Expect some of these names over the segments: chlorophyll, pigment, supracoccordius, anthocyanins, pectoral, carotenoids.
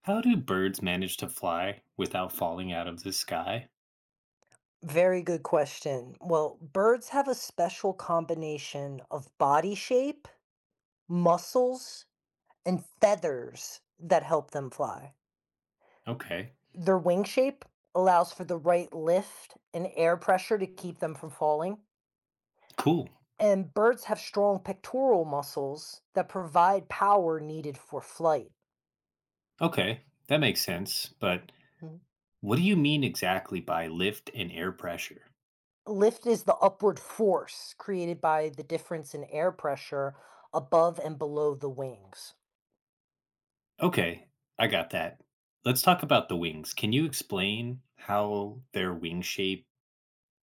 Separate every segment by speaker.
Speaker 1: How do birds manage to fly without falling out of the sky?
Speaker 2: Very good question. Well, birds have a special combination of body shape, muscles, and feathers that help them fly.
Speaker 1: Okay,
Speaker 2: Their wing shape allows for the right lift and air pressure to keep them from falling.
Speaker 1: cool.
Speaker 2: And birds have strong pectoral muscles that provide power needed for flight.
Speaker 1: Okay, that makes sense. But
Speaker 2: Mhm.
Speaker 1: what do you mean exactly by lift and air pressure?
Speaker 2: Lift is the upward force created by the difference in air pressure above and below the wings.
Speaker 1: Okay, I got that. Let's talk about the wings. Can you explain how their wing shape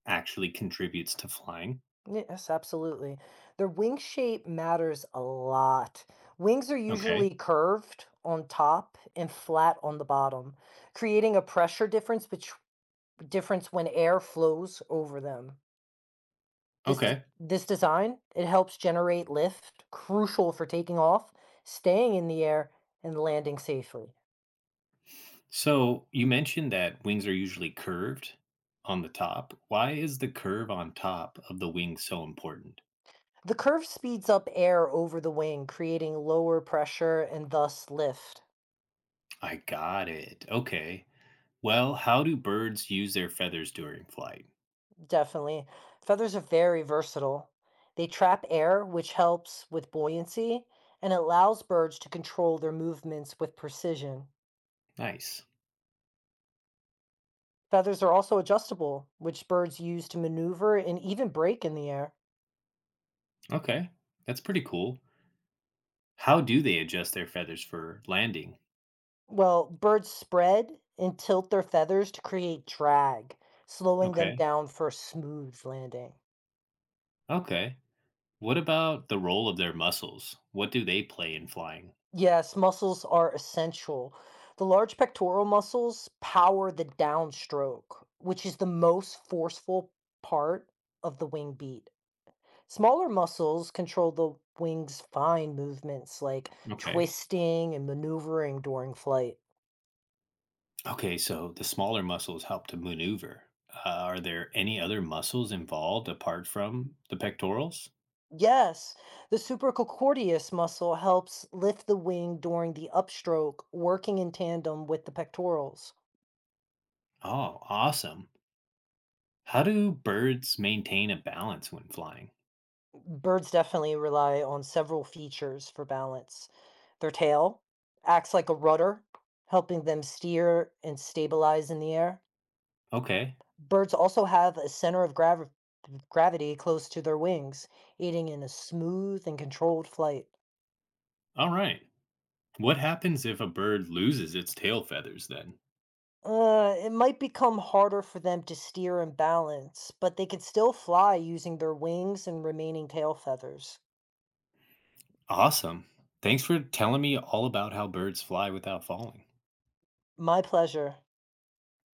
Speaker 1: actually contributes to flying?
Speaker 2: Yes, absolutely. Their wing shape matters a lot. Wings are
Speaker 1: Okay,
Speaker 2: usually curved on top and flat on the bottom, creating a pressure difference when air flows over them. This d-
Speaker 1: okay.
Speaker 2: this design, it helps generate lift, crucial for taking off, staying in the air, and landing safely.
Speaker 1: So you mentioned that wings are usually curved on the top. Why is the curve on top of the wing so important?
Speaker 2: The curve speeds up air over the wing, creating lower pressure and thus lift.
Speaker 1: I got it. Okay. Well, how do birds use their feathers during flight?
Speaker 2: Definitely. Feathers are very versatile. They trap air, which helps with buoyancy and allows birds to control their movements with precision.
Speaker 1: Nice.
Speaker 2: Feathers are also adjustable, which birds use to maneuver and even break in the air.
Speaker 1: Okay. That's pretty cool. How do they adjust their feathers for landing?
Speaker 2: Well, birds spread and tilt their feathers to create drag, slowing them
Speaker 1: Okay.
Speaker 2: down for a smooth landing.
Speaker 1: Okay. What about the role of their muscles? What do they play in flying?
Speaker 2: Yes, muscles are essential. The large pectoral muscles power the downstroke, which is the most forceful part of the wing beat. Smaller muscles control the wing's fine movements like
Speaker 1: Okay.
Speaker 2: twisting and maneuvering during flight.
Speaker 1: Okay, so the smaller muscles help to maneuver. Are there any other muscles involved apart from the pectorals?
Speaker 2: Yes, the supracoccordius muscle helps lift the wing during the upstroke, working in tandem with the pectorals.
Speaker 1: Oh, awesome. How do birds maintain a balance when flying?
Speaker 2: Birds definitely rely on several features for balance. Their tail acts like a rudder, helping them steer and stabilize in the air.
Speaker 1: Okay.
Speaker 2: Birds also have a center of gravity close to their wings, aiding in a smooth and controlled flight.
Speaker 1: All right. What happens if a bird loses its tail feathers then?
Speaker 2: It might become harder for them to steer and balance, but they can still fly using their wings and remaining tail feathers.
Speaker 1: Awesome. Thanks for telling me all about how birds fly without falling.
Speaker 2: My pleasure.